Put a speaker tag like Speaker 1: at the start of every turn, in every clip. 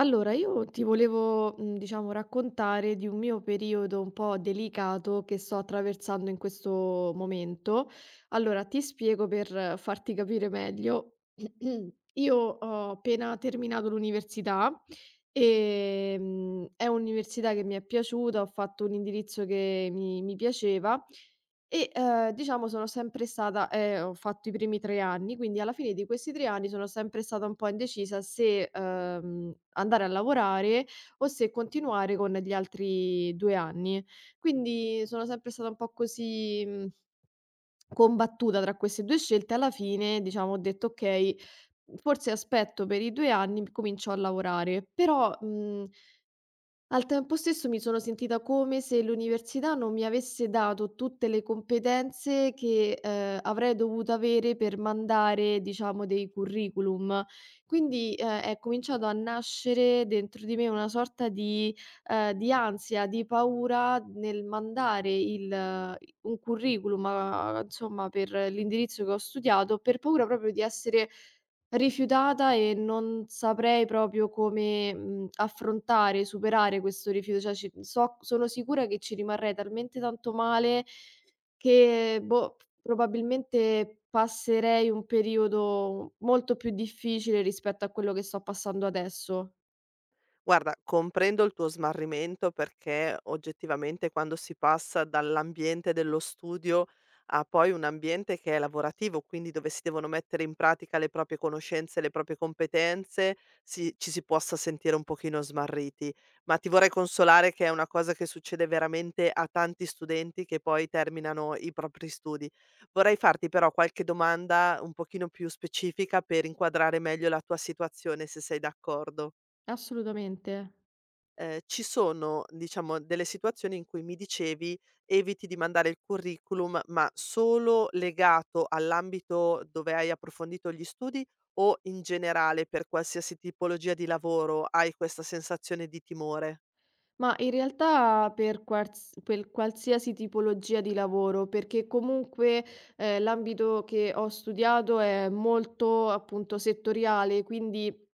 Speaker 1: Allora, io ti volevo, diciamo raccontare di un mio periodo un po' delicato che sto attraversando in questo momento. Allora, ti spiego per farti capire meglio. Io ho appena terminato l'università, è un'università che mi è piaciuta, ho fatto un indirizzo che mi piaceva e, diciamo sono sempre stata ho fatto i primi 3 anni, quindi alla fine di questi 3 anni sono sempre stata un po' indecisa se, andare a lavorare o se continuare con gli altri 2 anni. Quindi sono sempre stata un po' così, combattuta tra queste 2 scelte. Alla fine, diciamo, ho detto: "Okay, forse aspetto per i 2 anni, comincio a lavorare". Però, mhmm al tempo stesso mi sono sentita come se l'università non mi avesse dato tutte le competenze che, avrei dovuto avere per mandare, diciamo, dei curriculum. Quindi, è cominciato a nascere dentro di me una sorta di ansia, di paura nel mandare il un curriculum, a insomma, per l'indirizzo che ho studiato, per paura proprio di essere rifiutata. E non saprei proprio come, affrontare, superare questo rifiuto, cioè ci so sono sicura che ci rimarrei talmente tanto male che, boh, probabilmente passerei un periodo molto più difficile rispetto a quello che sto passando adesso.
Speaker 2: Guarda, comprendo il tuo smarrimento perché oggettivamente quando si passa dall'ambiente dello studio a poi un ambiente che è lavorativo, quindi dove si devono mettere in pratica le proprie conoscenze, le proprie competenze, ci si possa sentire un pochino smarriti. Ma ti vorrei consolare che è una cosa che succede veramente a tanti studenti che poi terminano i propri studi. Vorrei farti però qualche domanda un pochino più specifica per inquadrare meglio la tua situazione, se sei d'accordo.
Speaker 1: Assolutamente.
Speaker 2: Ci sono, diciamo, delle situazioni in cui mi dicevi: "Eviti di mandare il curriculum, ma solo legato all'ambito dove hai approfondito gli studi o in generale per qualsiasi tipologia di lavoro hai questa sensazione di timore?"
Speaker 1: Ma in realtà per qualsiasi tipologia di lavoro, perché comunque, l'ambito che ho studiato è molto, appunto, settoriale. Quindi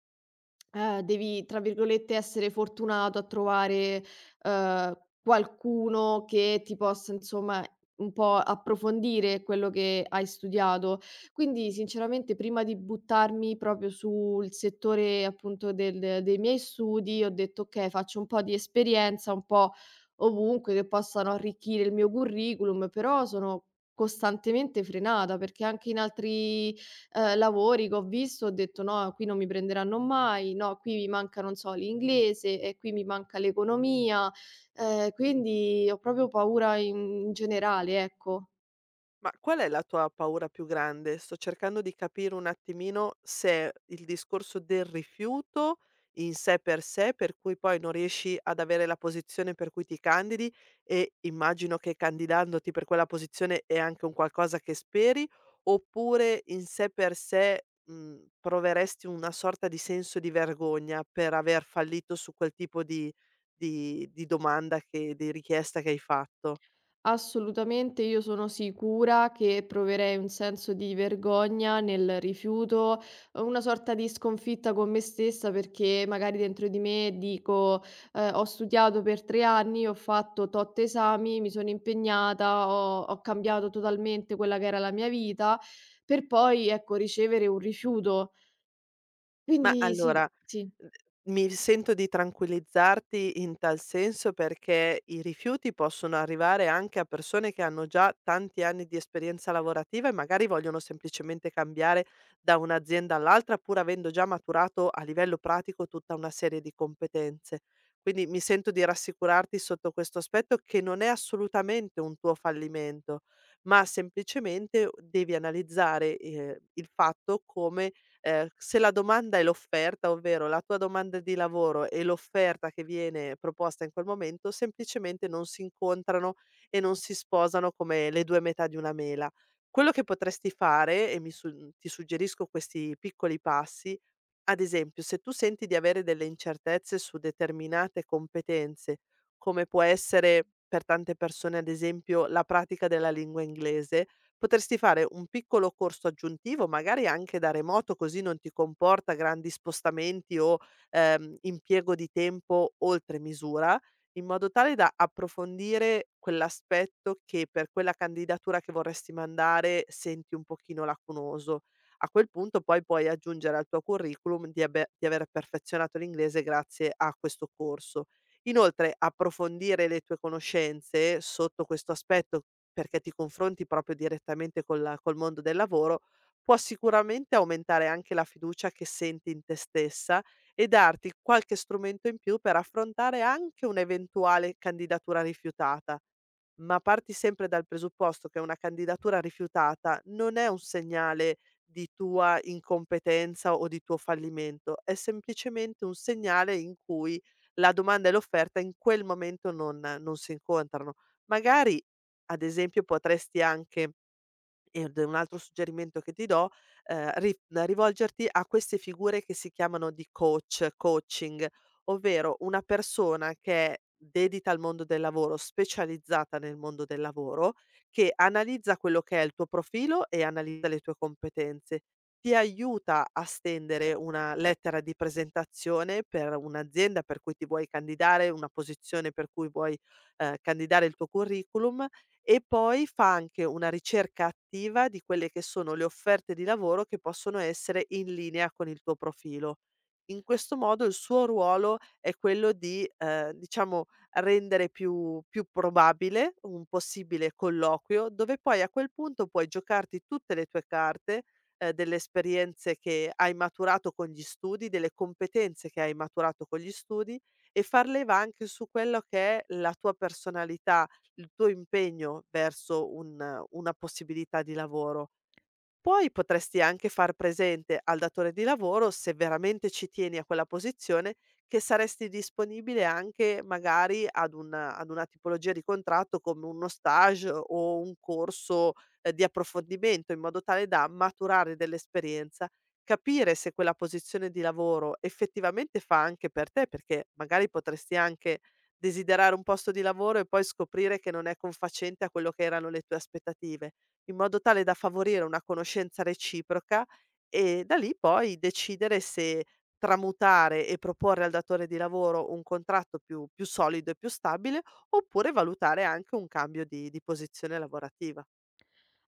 Speaker 1: Devi, tra virgolette, "essere fortunato" a trovare, qualcuno che ti possa, insomma, un po' approfondire quello che hai studiato. Quindi, sinceramente, prima di buttarmi proprio sul settore, appunto, del dei miei studi, ho detto: "Okay, faccio un po' di esperienza, un po' ovunque, che possano arricchire il mio curriculum", però sono costantemente frenata, perché anche in altri lavori che ho visto, ho detto: "No, qui non mi prenderanno mai, no, qui mi manca, non so, l'inglese e qui mi manca l'economia", quindi ho proprio paura in in generale, ecco.
Speaker 2: Ma qual è la tua paura più grande? Sto cercando di capire un attimino se il discorso del rifiuto in sé, per cui poi non riesci ad avere la posizione per cui ti candidi e immagino che candidandoti per quella posizione è anche un qualcosa che speri, oppure in sé per sé, proveresti una sorta di senso di vergogna per aver fallito su quel tipo di richiesta che hai fatto.
Speaker 1: Assolutamente, io sono sicura che proverei un senso di vergogna nel rifiuto, una sorta di sconfitta con me stessa, perché magari dentro di me dico, ho studiato per 3 anni, ho fatto tot esami, mi sono impegnata, ho cambiato totalmente quella che era la mia vita, per poi, ecco, ricevere un rifiuto.
Speaker 2: Ma
Speaker 1: Quindi sì,
Speaker 2: allora.
Speaker 1: sì.
Speaker 2: Mhmm, mi sento di tranquillizzarti in tal senso perché i rifiuti possono arrivare anche a persone che hanno già tanti anni di esperienza lavorativa e magari vogliono semplicemente cambiare da un'azienda all'altra, pur avendo già maturato a livello pratico tutta una serie di competenze. Quindi mi sento di rassicurarti sotto questo aspetto che non è assolutamente un tuo fallimento, ma semplicemente devi analizzare, il fatto come se la domanda è l'offerta, ovvero la tua domanda di lavoro e l'offerta che viene proposta in quel momento, semplicemente non si incontrano e non si sposano come le 2 metà di una mela. Quello che potresti fare, e mi su ti suggerisco questi piccoli passi, ad esempio, se tu senti di avere delle incertezze su determinate competenze, come può essere per tante persone, ad esempio, la pratica della lingua inglese, potresti fare un piccolo corso aggiuntivo, magari anche da remoto, così non ti comporta grandi spostamenti o impiego di tempo oltre misura, in modo tale da approfondire quell'aspetto che per quella candidatura che vorresti mandare senti un pochino lacunoso. A quel punto poi puoi aggiungere al tuo curriculum di aver perfezionato l'inglese grazie a questo corso. Inoltre approfondire le tue conoscenze sotto questo aspetto, perché ti confronti proprio direttamente col mondo del lavoro, può sicuramente aumentare anche la fiducia che senti in te stessa e darti qualche strumento in più per affrontare anche un'eventuale candidatura rifiutata. Ma parti sempre dal presupposto che una candidatura rifiutata non è un segnale di tua incompetenza o di tuo fallimento, è semplicemente un segnale in cui la domanda e l'offerta in quel momento non si incontrano. Magari, ad esempio, potresti anche, ed è un altro suggerimento che ti do, ri rivolgerti a queste figure che si chiamano di coach, coaching, ovvero una persona che è dedita al mondo del lavoro, specializzata nel mondo del lavoro, che analizza quello che è il tuo profilo e analizza le tue competenze. Ti aiuta a stendere una lettera di presentazione per un'azienda per cui ti vuoi candidare, una posizione per cui vuoi, candidare il tuo curriculum e poi fa anche una ricerca attiva di quelle che sono le offerte di lavoro che possono essere in linea con il tuo profilo. In questo modo il suo ruolo è quello di, diciamo, rendere più probabile un possibile colloquio, dove poi a quel punto puoi giocarti tutte le tue carte, delle esperienze che hai maturato con gli studi, delle competenze che hai maturato con gli studi e far leva anche su quello che è la tua personalità, il tuo impegno verso un una possibilità di lavoro. Poi potresti anche far presente al datore di lavoro, se veramente ci tieni a quella posizione, che saresti disponibile anche magari ad una tipologia di contratto come uno stage o un corso di approfondimento, in modo tale da maturare dell'esperienza, capire se quella posizione di lavoro effettivamente fa anche per te, perché magari potresti anche desiderare un posto di lavoro e poi scoprire che non è confacente a quello che erano le tue aspettative, in modo tale da favorire una conoscenza reciproca e da lì poi decidere se tramutare e proporre al datore di lavoro un contratto più solido e più stabile, oppure valutare anche un cambio di posizione lavorativa.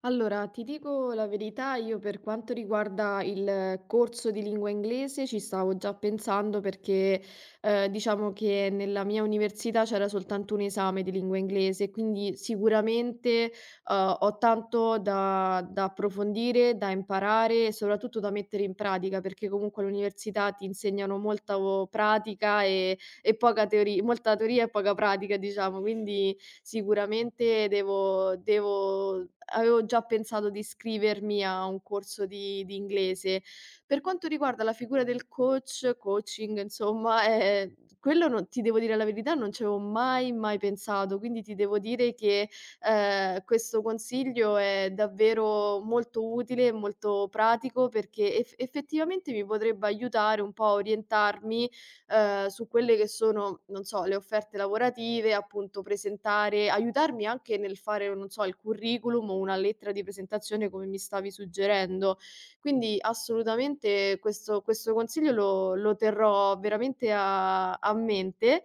Speaker 1: Allora, ti dico la verità, io per quanto riguarda il corso di lingua inglese ci stavo già pensando, perché diciamo che nella mia università c'era soltanto un esame di lingua inglese, quindi sicuramente ho tanto da, da approfondire, da imparare e soprattutto da mettere in pratica, perché comunque all'università ti insegnano molta pratica e poca teoria, molta teoria e poca pratica, diciamo. Quindi sicuramente devo devo avevo già pensato di iscrivermi a un corso di inglese. Per quanto riguarda la figura del coach, coaching, insomma, quello non ti devo dire la verità, non ci avevo mai pensato, quindi ti devo dire che, questo consiglio è davvero molto utile e molto pratico, perché effettivamente mi potrebbe aiutare un po' a orientarmi, su quelle che sono, non so, le offerte lavorative, appunto presentare, aiutarmi anche nel fare, non so, il curriculum o una lettera di presentazione come mi stavi suggerendo. Quindi assolutamente questo consiglio lo terrò veramente a mente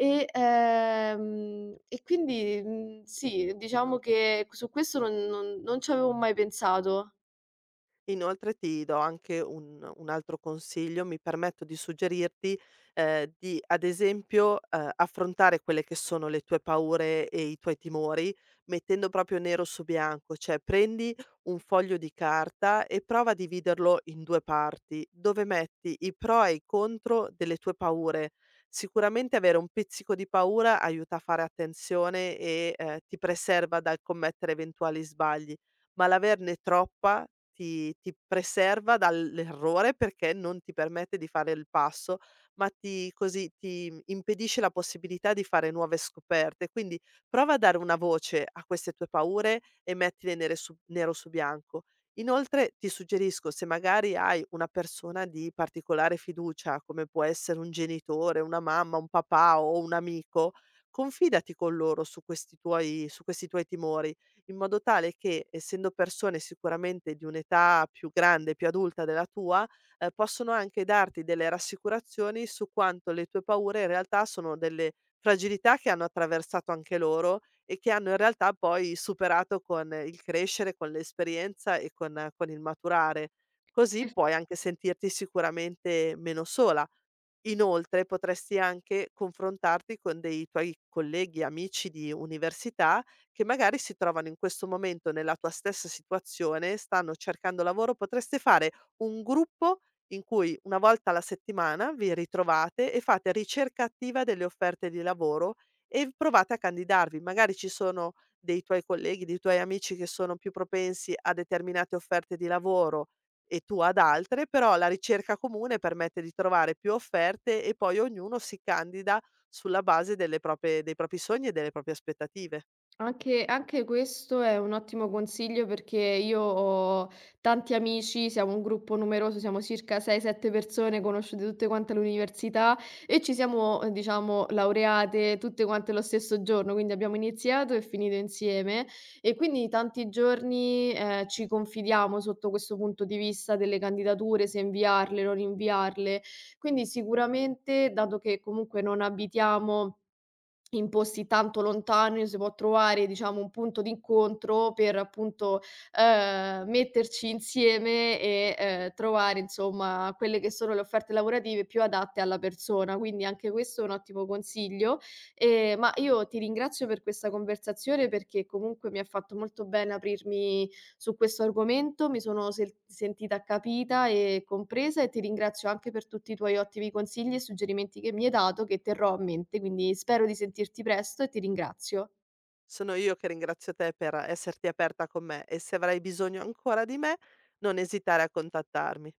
Speaker 1: e quindi, sì, diciamo che su questo non ci avevo mai pensato.
Speaker 2: Inoltre ti do anche un altro consiglio, mi permetto di suggerirti, di ad esempio, affrontare quelle che sono le tue paure e i tuoi timori, mettendo proprio nero su bianco, cioè prendi un foglio di carta e prova a dividerlo in 2 parti, dove metti i pro e i contro delle tue paure. Sicuramente avere un pizzico di paura aiuta a fare attenzione e, ti preserva dal commettere eventuali sbagli, ma l'averne troppa ti preserva dall'errore, perché non ti permette di fare il passo, ma ti così, ti impedisce la possibilità di fare nuove scoperte. Quindi prova a dare una voce a queste tue paure e mettile nere su nero su bianco. Inoltre ti suggerisco, se magari hai una persona di particolare fiducia, come può essere un genitore, una mamma, un papà o un amico, confidati con loro su questi tuoi timori, in modo tale che, essendo persone sicuramente di un'età più grande, più adulta della tua, possono anche darti delle rassicurazioni su quanto le tue paure in realtà sono delle fragilità che hanno attraversato anche loro e che hanno in realtà poi superato con il crescere, con l'esperienza e con il maturare. Così puoi anche sentirti sicuramente meno sola. Inoltre potresti anche confrontarti con dei tuoi colleghi, amici di università che magari si trovano in questo momento nella tua stessa situazione, stanno cercando lavoro. Potreste fare un gruppo in cui una volta alla settimana vi ritrovate e fate ricerca attiva delle offerte di lavoro e provate a candidarvi. Magari ci sono dei tuoi colleghi, dei tuoi amici che sono più propensi a determinate offerte di lavoro e tu ad altre, però la ricerca comune permette di trovare più offerte e poi ognuno si candida sulla base delle proprie dei propri sogni e delle proprie aspettative.
Speaker 1: Anche questo è un ottimo consiglio, perché io ho tanti amici, siamo un gruppo numeroso, siamo circa 6, 7 persone conosciute tutte quante all'università e ci siamo, diciamo laureate tutte quante lo stesso giorno, quindi abbiamo iniziato e finito insieme e quindi tanti giorni, ci confidiamo sotto questo punto di vista delle candidature, se inviarle, non inviarle. Quindi sicuramente, dato che comunque non abitiamo in posti tanto lontani, si può trovare, diciamo, un punto d'incontro per, appunto, metterci insieme e, trovare insomma quelle che sono le offerte lavorative più adatte alla persona. Quindi anche questo è un ottimo consiglio. Ma io ti ringrazio per questa conversazione, perché comunque mi ha fatto molto bene aprirmi su questo argomento, mi sono sentita capita e compresa e ti ringrazio anche per tutti i tuoi ottimi consigli e suggerimenti che mi hai dato, che terrò a mente, quindi spero di sentirti presto e ti ringrazio.
Speaker 2: Sono io che ringrazio te per esserti aperta con me e se avrai bisogno ancora di me, non esitare a contattarmi.